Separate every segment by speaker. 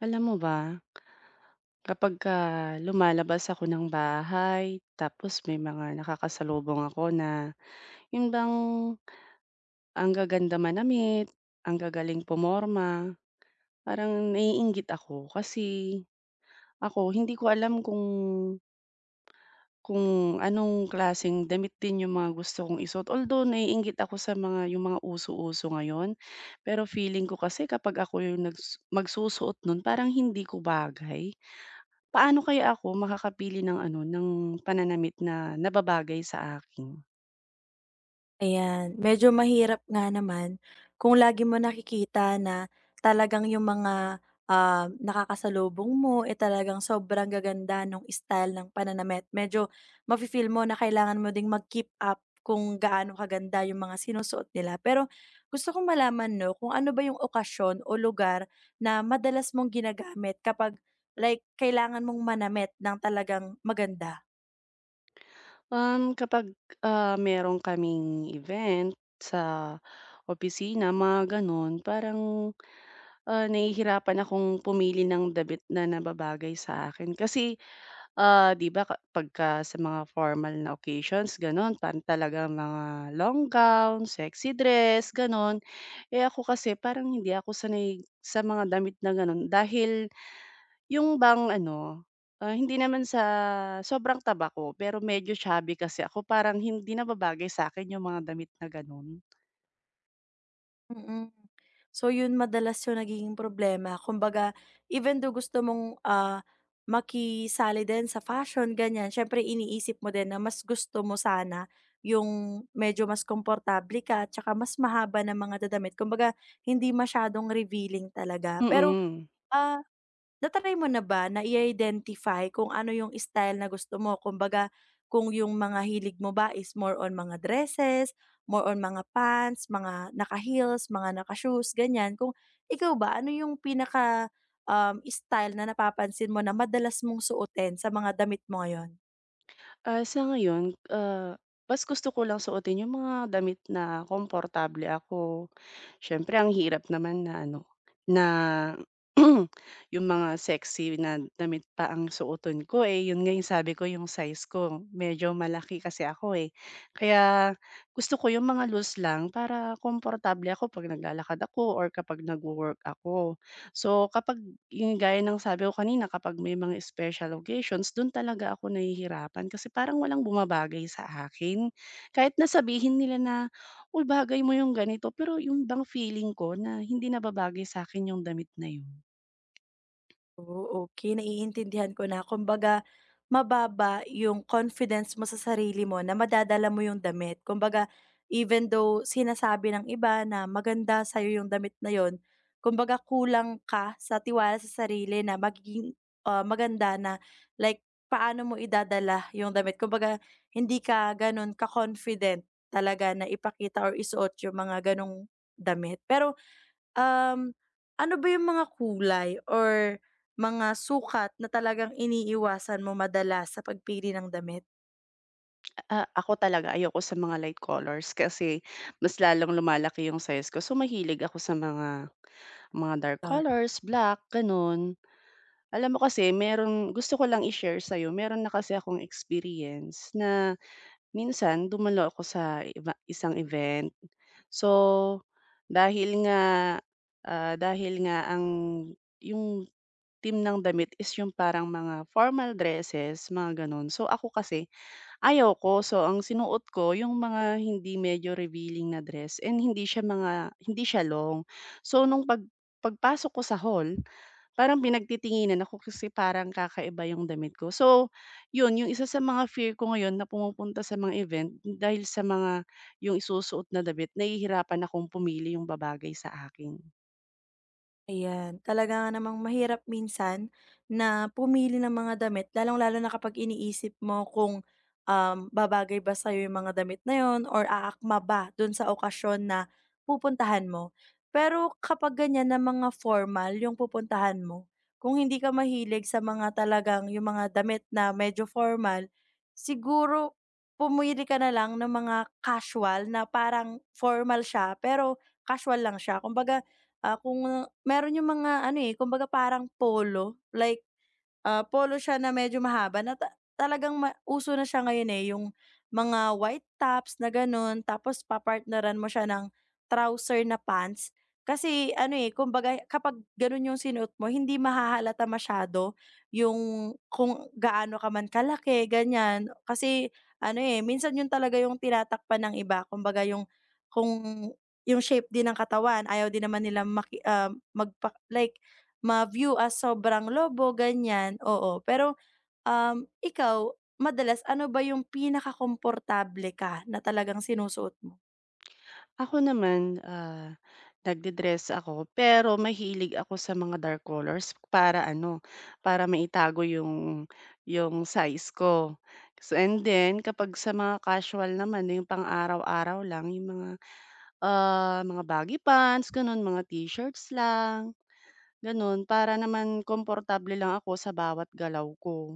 Speaker 1: Alam mo ba, kapagka lumalabas ako ng bahay tapos may mga nakakasalubong ako na yun bang ang gaganda manamit, ang gagaling pumorma, parang naiinggit ako kasi ako hindi ko alam kung anong klaseng damit din yung mga gusto kong isuot. Although naiinggit ako sa mga yung mga uso-uso ngayon, pero feeling ko kasi kapag ako yung nags magsusuot nun parang hindi ko bagay. Paano kaya ako makakapili ng ano, ng pananamit na nababagay sa akin?
Speaker 2: Ayan, medyo mahirap nga naman kung lagi mo nakikita na talagang yung mga, nakakasalubong mo, eh, talagang sobrang gaganda nung style ng pananamit. Medyo mafi-feel mo na kailangan mo ding mag-keep up kung gaano kaganda yung mga sinusuot nila. Pero gusto kong malaman 'no, kung ano ba yung okasyon o lugar na madalas mong ginagamit kapag like kailangan mong manamit ng talagang maganda?
Speaker 1: Um, kapag, Meron kaming event sa opisina, mga gano'n, parang, nahihirapan akong pumili ng damit na nababagay sa akin. Kasi, 'di ba ka pagka sa mga formal na occasions gano'n, parang talagang mga long gown, sexy dress, gano'n. Eh, ako kasi parang hindi ako sanay sa mga damit na gano'n dahil yung bang ano, hindi naman sa sobrang taba ko, pero medyo chubby kasi ako parang hindi na babagay sa'kin yung mga damit na gano'n.
Speaker 2: Mm. mm. So yun madalas yung nagiging problema. Kumbaga, even though gusto mong, makisali din sa fashion ganyan, siyempre iniisip mo din na mas gusto mo sana yung medyo mas komportable ka at mas mahaba ng mga dadamit. Kumbaga, hindi masyadong revealing talaga. Pero,
Speaker 1: Mm.
Speaker 2: ah na mo na ba na i-identify kung ano yung style na gusto mo? Kumbaga, kung yung mga hilig mo ba is more on mga dresses, more on mga pants, mga naka-heels, mga naka-shoes, ganyan. Kung ikaw ba, ano yung pinaka style na napapansin mo na madalas mong suotin sa mga damit mo ngayon?
Speaker 1: Sa ngayon, mas gusto ko lang suotin yung mga damit na komportable ako. Siyempre ang hirap naman na ano, na yung mga sexy na damit pa ang suotin ko, eh, yun nga yung sabi ko yung size ko medyo malaki kasi ako, eh. Kaya gusto ko yung mga loose lang para komportable ako 'pag naglalakad ako or kapag nagwo-work ako. So, kapag yung gaya ng sabi ko kanina, kapag may mga special occasions, dun talaga ako nahihirapan kasi parang walang bumabagay sa akin. Kahit na sabihin nila na, "Uy, bagay mo yung ganito," pero yung bang feeling ko na hindi nababagay sa akin yung damit na yun.
Speaker 2: Oh, okey, naiintindihan ko na. Kumbaga mababa yung confidence mo sa sarili mo na madadala mo yung damit. Kumbaga even though sinasabi ng iba na maganda sa'yo yung damit na yun, kumbaga kulang ka sa tiwala sa sarili na magiging, maganda na like paano mo idadala yung damit. Kumbaga hindi ka gano'n ka-confident talaga na ipakita or isuot yung mga gano'ng damit. Um, Ano ba yung mga kulay or mga sukat na talagang iniiwasan mo madalas sa pagpili ng damit?
Speaker 1: A ako talaga ayoko sa mga light colors kasi mas lalong lumalaki yung size ko. So, mahilig ako sa mga dark colors, black, ganun. Alam mo kasi meron gusto ko lang i-share sa'yo, meron na kasi akong experience na minsan dumalo ako sa iba isang event. So, dahil nga, dahil nga ang yung team ng damit is yung parang mga formal dresses, mga gano'n. So, ako kasi ayaw ko. So, ang sinuot ko yung mga hindi medyo revealing na dress and hindi siya mga hindi siya long. So, nung pag pagpasok ko sa hall parang pinagtitinginan ako kasi parang kakaiba yung damit ko. So, yun yung isa sa mga fear ko ngayon na pumupunta sa mga event dahil sa mga yung isusuot na damit nahihirapan akong pumili yung babagay sa akin.
Speaker 2: Ayan, talaga nga namang mahirap minsan na pumili ng mga damit lalong-lalo na kapag iniisip mo kung, babagay ba sa'yo yung mga damit na yun or aakma ba dun sa okasyon na pupuntahan mo. Pero kapag ganyan na mga formal yung pupuntahan mo, kung hindi ka mahilig sa mga talagang yung mga damit na medyo formal, siguro pumili ka na lang ng mga casual na parang formal siya pero casual lang siya. Kung meron yung mga ano, eh, kumbaga parang polo, like polo siya na medyo mahaba na talagang uso na siya ngayon, eh, yung mga white tops na gano'n tapos papartneran mo siya ng trouser na pants. Kasi ano, eh, kumbaga kapag gano'n yung sinuot mo hindi mahahalata masyado yung kung gaano ka man kalaki, ganyan. Kasi ano, eh, minsan yun talaga yung tinatakpan ng iba kumbaga yung kung yung shape din ng katawan ayaw din naman nila magpa like ma-view as sobrang lobo, ganyan, oo. Pero, ikaw, madalas ano ba yung pinakakomportable ka na talagang sinusuot mo?
Speaker 1: Ako naman, nagde-dress ako pero mahilig ako sa mga dark colors para ano, para maitago yung size ko. So, and then kapag sa mga casual naman, yung pang-araw-araw lang yung mga mga baggy pants, gano'n, mga t-shirts lang, gano'n. Para naman komportable lang ako sa bawat galaw ko.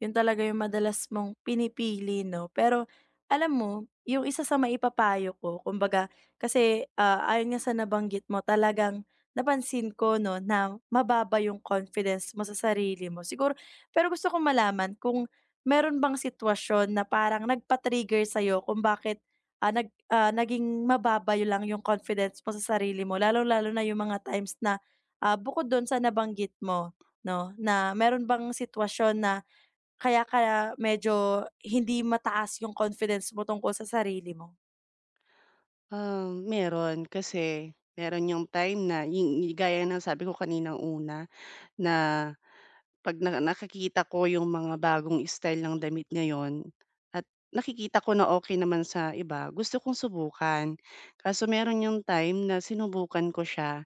Speaker 2: Yun talaga yung madalas mong pinipili 'no. Pero alam mo, yung isa sa maipapayo ko kumbaga kasi, ayon nga sa nabanggit mo talagang napansin ko 'no na mababa yung confidence mo sa sarili mo. Siguro pero gusto kong malaman kung meron bang sitwasyon na parang nagpa-trigger sa'yo kung bakit, naging mababa yun lang yung confidence mo sa sarili mo lalo lalo na yung mga times na, bukod dun sa nabanggit mo 'no, na meron bang sitwasyon na kaya ka medyo hindi mataas yung confidence mo tungkol sa sarili mo?
Speaker 1: Meron kasi meron yung time na yung gaya ng sabi ko kaninang una na 'pag na nakikita ko yung mga bagong style ng damit ngayon at nakikita ko na okay naman sa iba, gusto kong subukan. Kaso meron yung time na sinubukan ko siya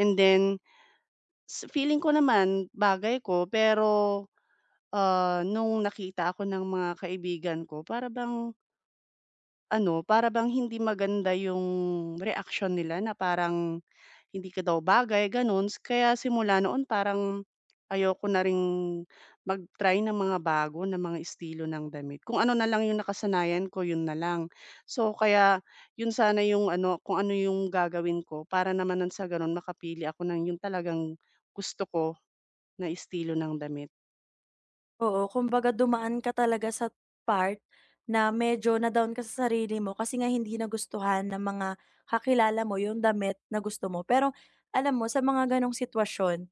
Speaker 1: and then s feeling ko naman bagay ko pero nung nakita ako ng mga kaibigan ko para bang ano, para bang hindi maganda yung reaksyon nila na parang hindi ka daw bagay, gano'n. Kaya simula noon parang ayoko na ring mag-try ng mga bago na mga estilo ng damit. Kung ano na lang yung nakasanayan ko, yun na lang. So kaya yun sana yung ano, kung ano yung gagawin ko para naman nun sa ganun makapili ako ng yung talagang gusto ko na estilo ng damit.
Speaker 2: Oo, kumbaga dumaan ka talaga sa part na medyo na-down ka sa sarili mo kasi nga hindi nagustuhan ng mga kakilala mo yung damit na gusto mo. Pero alam mo, sa mga ganong sitwasyon,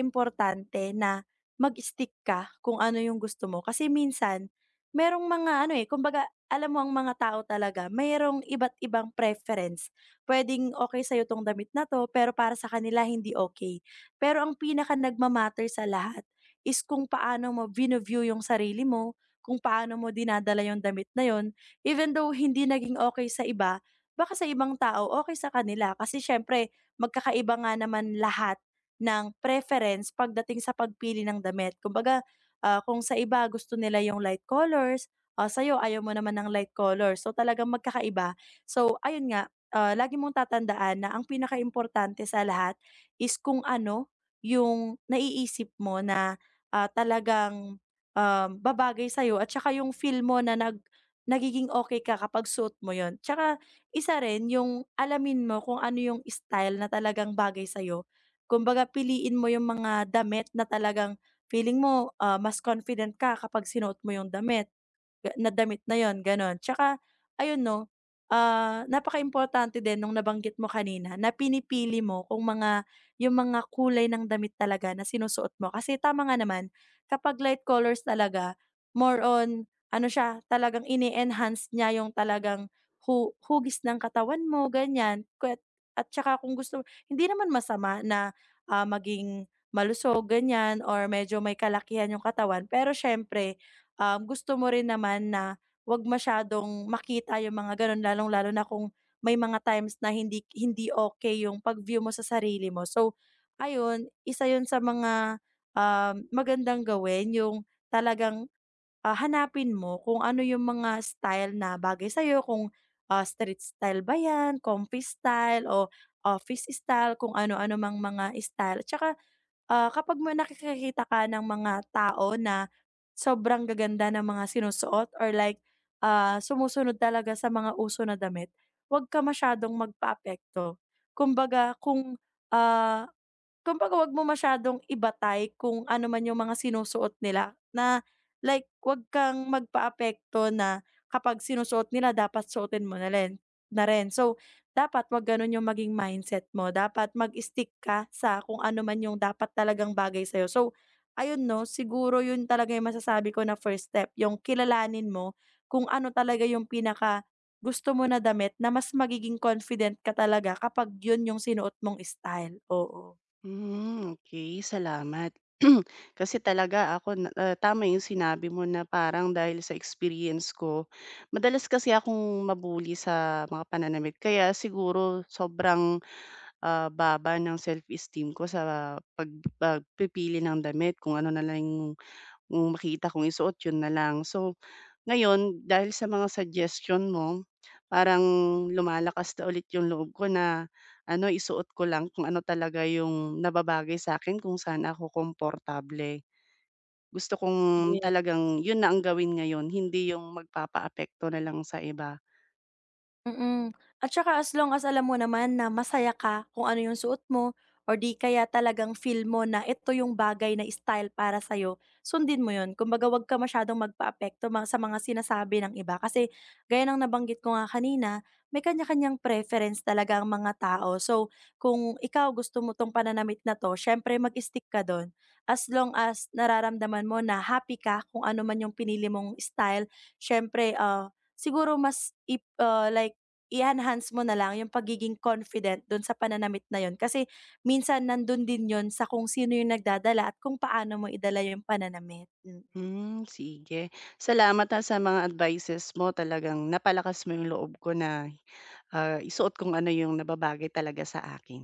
Speaker 2: importante na mag-stick ka kung ano yung gusto mo. Kasi minsan, merong mga ano eh, kumbaga alam mo ang mga tao talaga, mayroong iba't ibang preference. Pwedeng okay sa'yo tong damit na to, pero para sa kanila hindi okay. Pero ang pinaka nagmamatter sa lahat, is kung paano mo vino-view yung sarili mo, kung paano mo dinadala yung damit na yon. Even though hindi naging okay sa iba, baka sa ibang tao okay sa kanila kasi siyempre magkakaiba nga naman lahat ng preference pagdating sa pagpili ng damit. Kumbaga, kung sa iba gusto nila yung light colors, sa'yo ayaw mo naman ng light colors. So, talagang magkakaiba. So, ayun nga, lagi mong tatandaan na ang pinakaimportante sa lahat is kung ano yung naiisip mo na ah, talagang, babagay sa'yo at saka yung feel mo na nagiging okay ka kapag suot mo yon. Tsaka isa rin yung alamin mo kung ano yung style na talagang bagay sa'yo. Kumbaga piliin mo yung mga damit na talagang feeling mo, mas confident ka kapag sinuot mo yung damit, na damit na yon gano'n. Tsaka ayun 'no, napakaimportante din nung nabanggit mo kanina na pinipili mo kung mga yung mga kulay ng damit talaga na sinusuot mo. Kasi tama nga naman, kapag light colors talaga, more on ano siya, talagang ini-enhance niya yung talagang hugis ng katawan mo, ganyan. At tsaka kung gusto hindi naman masama na, maging malusog, ganyan or medyo may kalakihan yung katawan. Pero siyempre, gusto mo rin naman na 'wag masyadong makita yung mga gano'n lalong-lalo na kung may mga times na hindi hindi okay yung pag-view mo sa sarili mo. So, ayun, isa yun sa mga, magandang gawin yung talagang, hanapin mo kung ano yung mga style na bagay sa kung, street style ba yan, comfy style o office style, kung ano-ano mang mga style at tsaka kapag nakikita ka ng mga tao na sobrang gaganda ng mga sinusuot or like, sumusunod talaga sa mga uso na damit, 'wag ka masyadong magpaapekto. Kumbaga kung, ah Kumbaga 'wag mo masyadong ibatay kung ano man yung mga sinusuot nila na like 'wag kang magpaapekto na kapag sinusuot nila dapat suotin mo na rin. So, dapat 'wag ganun yung maging mindset mo, dapat mag-stick ka sa kung ano man yung dapat talagang bagay sa'yo. So, ayun 'no, siguro yun talaga yung masasabi ko na first step, yung kilalanin mo kung ano talaga yung pinaka gusto mo na damit na mas magiging confident ka talaga kapag yun yung sinuot mong style, oo.
Speaker 1: Hmm, okay. Salamat. Kasi talaga ako na tama yung sinabi mo na parang dahil sa experience ko, madalas kasi akong mabully sa mga pananamit kaya siguro sobrang, baba ng self-esteem ko sa pag pagpipili ng damit kung ano na lang yung makita kong isuot yun na lang. So ngayon dahil sa mga suggestion mo, parang lumalakas na ulit yung loob ko na ano, isuot ko lang kung ano talaga yung nababagay sa akin kung saan ako komportable. Gusto kong
Speaker 2: Yes.
Speaker 1: talagang yun na ang gawin ngayon, hindi yung magpapaapekto na lang sa iba.
Speaker 2: Mm. At saka as long as alam mo naman na masaya ka kung ano yung suot mo or di kaya talagang feel mo na ito yung bagay na style para sa'yo, sundin mo yun. Kumbaga huwag ka masyadong magpaapekto sa mga sinasabi ng iba. Kasi gaya ng nabanggit ko nga kanina, may kanya-kanyang preference talaga ang mga tao. So kung ikaw gusto mo tong pananamit na to, syempre mag-stick ka doon. As long as nararamdaman mo na happy ka kung ano man yung pinili mong style, syempre ah, siguro mas ip, like i-enhance mo na lang yung pagiging confident dun sa pananamit na yun kasi minsan nandun din yun sa kung sino yung nagdadala at kung paano mo idala yung pananamit. Mm.
Speaker 1: Hmm, sige. Salamat, ha, sa mga advices mo. Talagang napalakas mo yung loob ko na, isuot kung ano yung nababagay talaga sa akin.